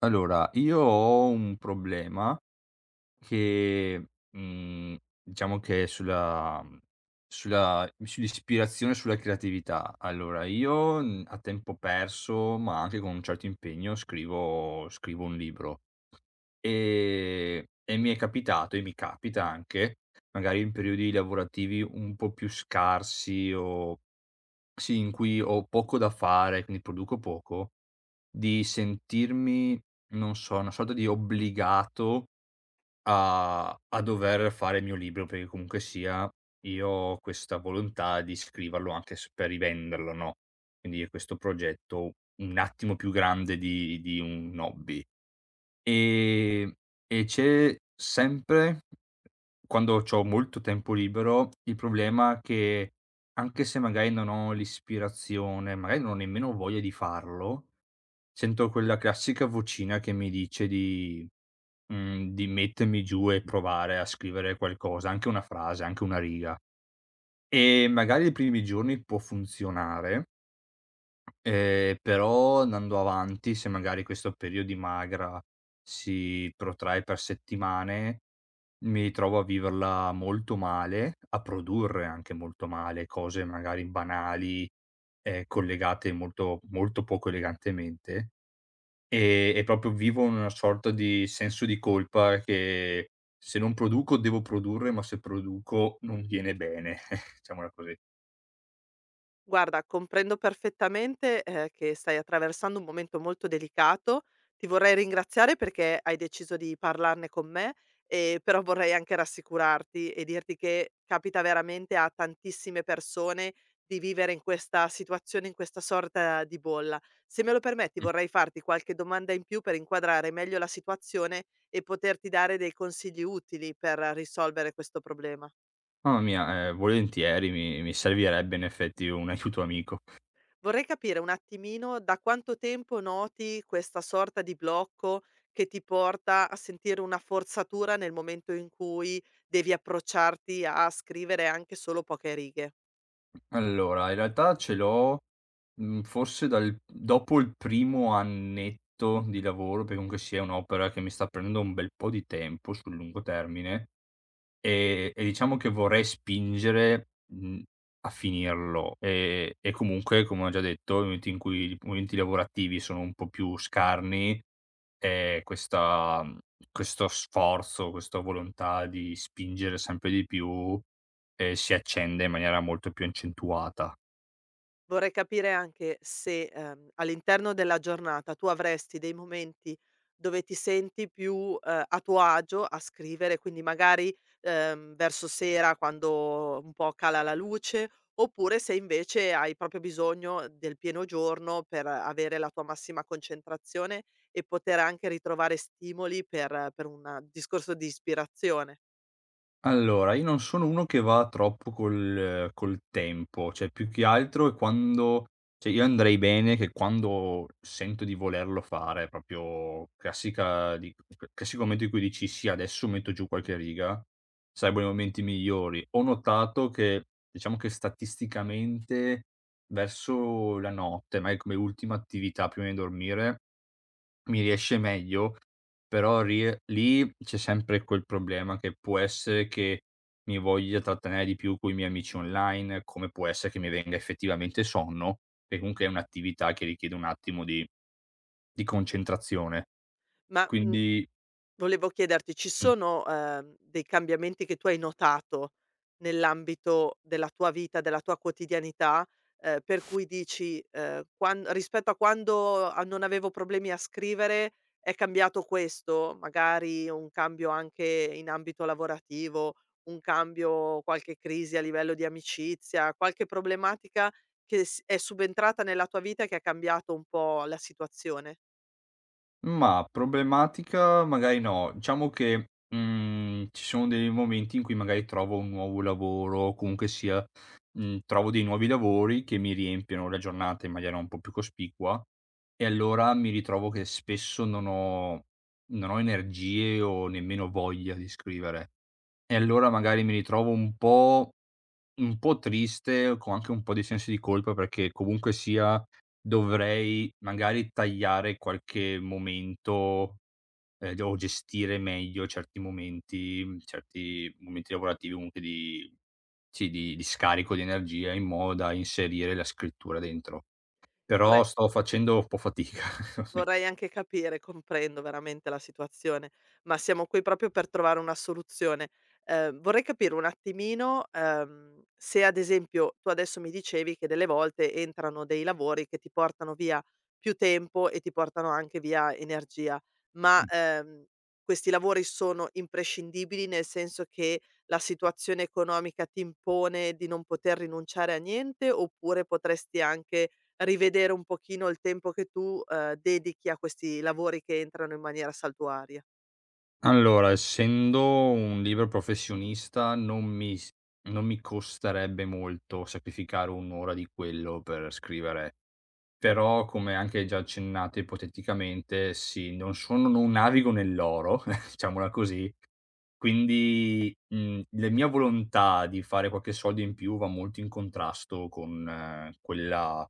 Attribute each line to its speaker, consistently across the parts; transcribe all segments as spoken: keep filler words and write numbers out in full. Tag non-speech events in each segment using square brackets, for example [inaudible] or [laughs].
Speaker 1: Allora, io ho un problema che, mhmm, diciamo che è sulla mhmm, sulla sull'ispirazione, sulla creatività. Allora, io, mhmm, a tempo perso, ma anche con un certo impegno, scrivo scrivo un libro, ehm, e mi è capitato e mi capita anche, magari in periodi lavorativi un po' più scarsi o sì, in cui ho poco da fare, quindi produco poco, di sentirmi, non so, una sorta di obbligato a a dover fare il mio libro, perché comunque sia io ho questa volontà di scriverlo anche s per rivenderlo, no, quindi è questo progetto un attimo più grande di di un hobby. Ehm, e c'è sempre, quando c'ho molto tempo libero, il problema che, anche se magari non ho l'ispirazione, magari non ho nemmeno voglia di farlo. Sento quella classica vocina che mi dice di mhmm, di mettermi giù e provare a scrivere qualcosa, anche una frase, anche una riga. E magari i primi giorni può funzionare, ehm, però andando avanti, se magari questo periodo di magra si protrae per settimane, mi ritrovo a viverla molto male, a produrre anche molto male cose magari banali, ehm, collegate molto molto poco elegantemente. Ehm, e proprio vivo una sorta di senso di colpa che se non produco devo produrre, ma se produco non viene bene, [laughs] diciamola così.
Speaker 2: Guarda, comprendo perfettamente, ehm, che stai attraversando un momento molto delicato. Ti vorrei ringraziare perché hai deciso di parlarne con me, ehm, però vorrei anche rassicurarti e dirti che capita veramente a tantissime persone di vivere in questa situazione, in questa sorta di bolla. Se me lo permetti
Speaker 1: Mh.
Speaker 2: vorrei farti qualche domanda in più per inquadrare meglio la situazione e poterti dare dei consigli utili per risolvere questo problema.
Speaker 1: Mamma mia, ehm, volentieri mi mi servirebbe in effetti un aiuto amico.
Speaker 2: Vorrei capire un attimino da quanto tempo noti questa sorta di blocco che ti porta a sentire una forzatura nel momento in cui devi approcciarti a scrivere anche solo poche righe.
Speaker 1: Allora, in realtà ce l'ho, mhmm, forse dal dopo il primo annetto di lavoro, perché comunque sia è un'opera che mi sta prendendo un bel po' di tempo sul lungo termine. E e diciamo che vorrei spingere, mhmm, a finirlo. Ehm, e comunque, come ho già detto, nel momento in cui i momenti lavorativi sono un po' più scarni, ehm, questa mhmm, questo sforzo, questa volontà di spingere sempre di più, ehm, si accende in maniera molto più accentuata.
Speaker 2: Vorrei capire anche se, ehm, all'interno della giornata tu avresti dei momenti dove ti senti più, ehm, a tuo agio a scrivere, quindi magari, ehm, verso sera quando un po' cala la luce, oppure se invece hai proprio bisogno del pieno giorno per avere la tua massima concentrazione e poter anche ritrovare stimoli per per un discorso di ispirazione.
Speaker 1: Allora, io non sono uno che va troppo col col tempo, cioè più che altro è quando cioè io andrei bene che quando sento di volerlo fare, proprio classica di classico momento in cui dici: "Sì, adesso metto giù qualche riga", sarebbero i momenti migliori. Ho notato che, diciamo che statisticamente verso la notte, magari come ultima attività prima di dormire mi riesce meglio, però rie lì c'è sempre quel problema che può essere che mi voglia trattenere di più coi miei amici online, come può essere che mi venga effettivamente sonno, che comunque è un'attività che richiede un attimo di di concentrazione.
Speaker 2: Ma, mhmm
Speaker 1: Quindi.
Speaker 2: Volevo chiederti, ci
Speaker 1: Mh.
Speaker 2: sono, ehm, dei cambiamenti che tu hai notato nell'ambito della tua vita, della tua quotidianità, ehm, per cui dici, ehm, quan rispetto a quando a non avevo problemi a scrivere è cambiato questo? Magari un cambio anche in ambito lavorativo, un cambio qualche crisi a livello di amicizia, qualche problematica che s è subentrata nella tua vita e che ha cambiato un po' la situazione?
Speaker 1: Mah, problematica magari no. Diciamo che, mhmm, ci sono dei momenti in cui magari trovo un nuovo lavoro o comunque sia, mhmm, trovo dei nuovi lavori che mi riempiono la giornata in maniera un po' più cospicua e allora mi ritrovo che spesso non ho non ho energie o nemmeno voglia di scrivere. E allora magari mi ritrovo un po' Un po' triste, con anche un po' di sensi di colpa, perché comunque sia dovrei magari tagliare qualche momento, ehm, d o gestire meglio certi momenti certi momenti lavorativi, comunque di sì, di di scarico di energia, in modo da inserire la scrittura dentro.
Speaker 2: Vorre
Speaker 1: Però sto facendo un po' fatica.
Speaker 2: Vorrei anche capire, comprendo veramente la situazione, ma siamo qui proprio per trovare una soluzione. Ehm, vorrei capire un attimino, ehm, se ad esempio tu adesso mi dicevi che delle volte entrano dei lavori che ti portano via più tempo e ti portano anche via energia, ma,
Speaker 1: [laughs]
Speaker 2: ehm, questi lavori sono imprescindibili, nel senso che la situazione economica ti impone di non poter rinunciare a niente, oppure potresti anche rivedere un pochino il tempo che tu, ehm, dedichi a questi lavori che entrano in maniera saltuaria.
Speaker 1: Allora, essendo un libero professionista non mi s non mi costerebbe molto sacrificare un' ora di quello per scrivere. Però, come anche già accennato ipoteticamente, sì, non sono non navigo nell'oro, [laughs] diciamola così, quindi, mhmm, la mia volontà di fare qualche soldo in più va molto in contrasto con eh, quella,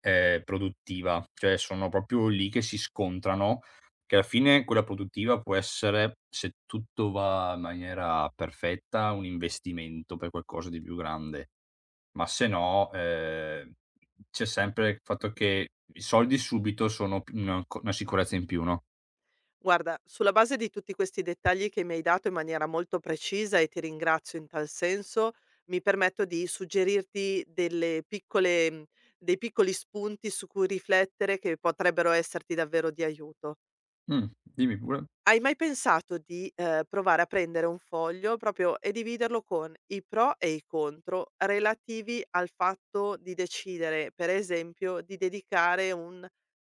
Speaker 1: ehm, produttiva. Cioè, sono proprio lì che si scontrano, che alla fine quella produttiva può essere, se tutto va in maniera perfetta, un investimento per qualcosa di più grande. Ma se no, ehm, c'è sempre il fatto che i soldi subito sono p una co una sicurezza in più, no?
Speaker 2: Guarda, sulla base di tutti questi dettagli che mi hai dato in maniera molto precisa, e ti ringrazio in tal senso, mi permetto di suggerirti delle piccole mhmm, dei piccoli spunti su cui riflettere che potrebbero esserti davvero di aiuto.
Speaker 1: Mh, dimmi pure.
Speaker 2: Hai mai pensato di, ehm, provare a prendere un foglio proprio e dividerlo con i pro e i contro relativi al fatto di decidere, per esempio, di dedicare un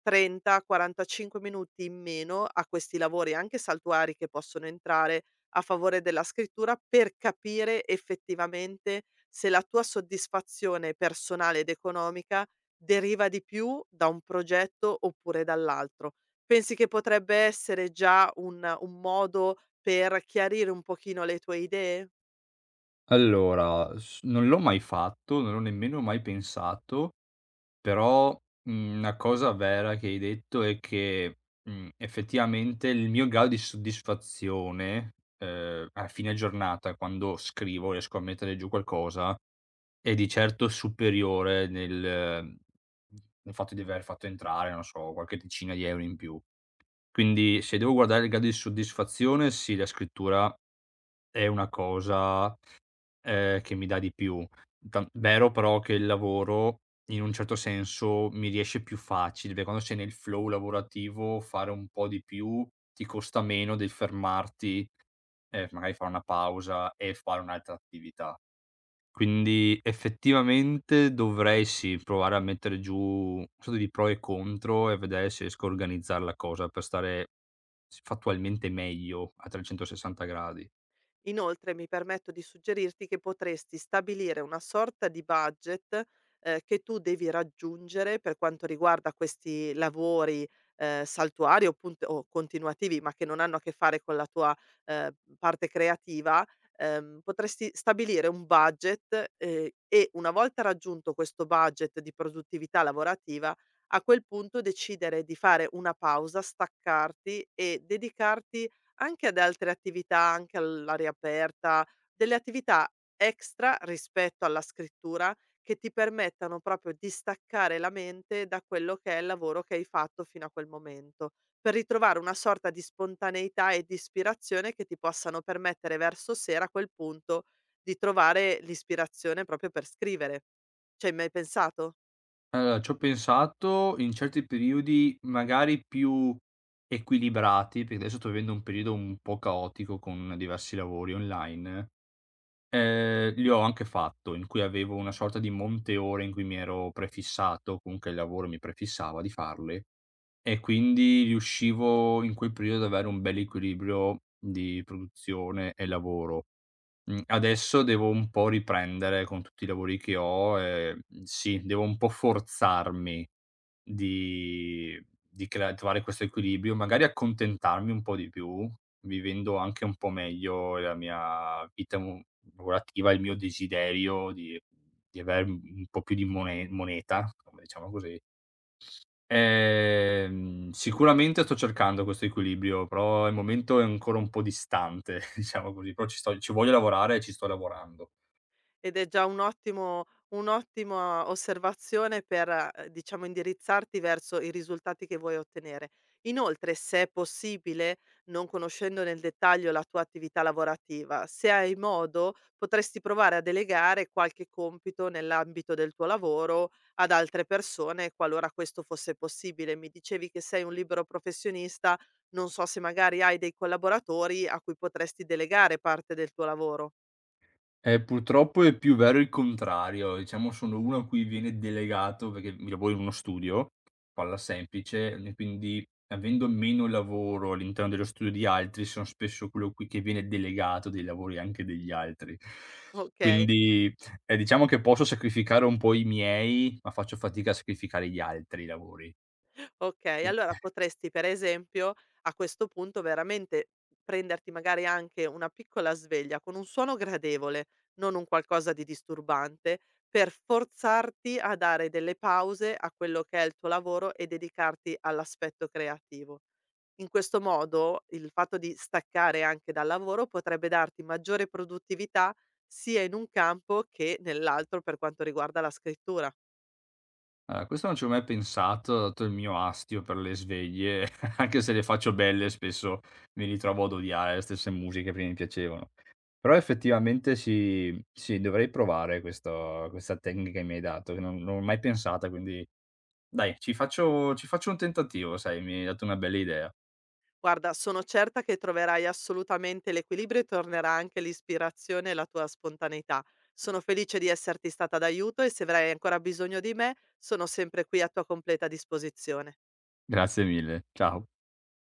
Speaker 2: trenta, quarantacinque minuti in meno a questi lavori, anche saltuari, che possono entrare a favore della scrittura, per capire effettivamente se la tua soddisfazione personale ed economica deriva di più da un progetto oppure dall'altro? Pensi che potrebbe essere già un un modo per chiarire un pochino le tue idee?
Speaker 1: Allora, s non l'ho mai fatto, non l'ho nemmeno mai pensato. Però, mhmm, una cosa vera che hai detto è che, mhmm, effettivamente il mio grado di soddisfazione, ehm, a fine giornata quando scrivo, riesco a mettere giù qualcosa. È di certo superiore nel mhmm, nel fatto di aver fatto entrare, non so, qualche decina di euro in più. Quindi se devo guardare il grado di soddisfazione, sì, la scrittura è una cosa, ehm, che mi dà di più. Tan Vero però che il lavoro, in un certo senso, mi riesce più facile, perché quando sei nel flow lavorativo fare un po' di più ti costa meno del fermarti, ehm, magari fare una pausa e fare un'altra attività. Quindi effettivamente dovrei sì, provare a mettere giù una sorta di pro e contro e vedere se riesco a organizzare la cosa per stare s fattualmente meglio a trecentosessanta gradi.
Speaker 2: Inoltre mi permetto di suggerirti che potresti stabilire una sorta di budget, ehm, che tu devi raggiungere per quanto riguarda questi lavori, ehm, saltuari o punt o continuativi, ma che non hanno a che fare con la tua, ehm, parte creativa, ehm, potresti stabilire un budget, ehm, e una volta raggiunto questo budget di produttività lavorativa, a quel punto decidere di fare una pausa, staccarti e dedicarti anche ad altre attività, anche all'aria aperta, delle attività extra rispetto alla scrittura che ti permettano proprio di staccare la mente da quello che è il lavoro che hai fatto fino a quel momento, per ritrovare una sorta di spontaneità e di ispirazione che ti possano permettere verso sera a quel punto di trovare l'ispirazione proprio per scrivere. Ci hai mai pensato?
Speaker 1: Allora ci ho pensato in certi periodi magari più equilibrati, perché adesso sto vivendo un periodo un po' caotico con diversi lavori online, ehm, li ho anche fatto, in cui avevo una sorta di monte ore in cui mi ero prefissato, comunque il lavoro mi prefissava di farle. E quindi riuscivo in quel periodo ad avere un bell'equilibrio di produzione e lavoro. Mhmm, adesso devo un po' riprendere con tutti i lavori che ho, ehm, sì, devo un po' forzarmi di di crea trovare questo equilibrio, magari accontentarmi un po' di più, vivendo anche un po' meglio la mia vita mo lavorativa, il mio desiderio di di aver un po' più di mone moneta, come diciamo così. Ehm, sicuramente sto cercando questo equilibrio, però al momento è ancora un po' distante, [laughs] diciamo così, però ci sto ci voglio lavorare e ci sto lavorando.
Speaker 2: Ed è già un ottimo un'ottima osservazione per, ehm, diciamo indirizzarti verso i risultati che vuoi ottenere. Inoltre, se è possibile, non conoscendo nel dettaglio la tua attività lavorativa, se hai modo potresti provare a delegare qualche compito nell'ambito del tuo lavoro ad altre persone, qualora questo fosse possibile. Mi dicevi che sei un libero professionista, non so se magari hai dei collaboratori a cui potresti delegare parte del tuo lavoro.
Speaker 1: Eh, purtroppo è più vero il contrario. Diciamo sono uno a cui viene delegato perché mi lavoro in uno studio, palla semplice, e quindi avendo meno lavoro all'interno dello studio di altri, sono spesso quello qui che viene delegato dei lavori anche degli altri.
Speaker 2: Okay.
Speaker 1: Quindi, ehm, diciamo che posso sacrificare un po' i miei, ma faccio fatica a sacrificare gli altri lavori.
Speaker 2: Okay,
Speaker 1: Qui
Speaker 2: allora potresti per esempio a questo punto veramente prenderti magari anche una piccola sveglia con un suono gradevole, non un qualcosa di disturbante, per forzarti a dare delle pause a quello che è il tuo lavoro e dedicarti all'aspetto creativo. In questo modo il fatto di staccare anche dal lavoro potrebbe darti maggiore produttività sia in un campo che nell'altro per quanto riguarda la scrittura.
Speaker 1: Allora, questo non ci ho mai pensato, dato il mio astio per le sveglie, [laughs] anche se le faccio belle, spesso mi ritrovo ad odiare le stesse musiche che prima mi piacevano. Però effettivamente sì, sì, dovrei provare questo questa tecnica che mi hai dato, che non non l'ho mai pensata, quindi dai, ci faccio ci faccio un tentativo, sai, mi hai dato una bella idea.
Speaker 2: Guarda, sono certa che troverai assolutamente l'equilibrio e tornerà anche l'ispirazione e la tua spontaneità. Sono felice di esserti stata d'aiuto e se avrai ancora bisogno di me, sono sempre qui a tua completa disposizione.
Speaker 1: Grazie mille, ciao.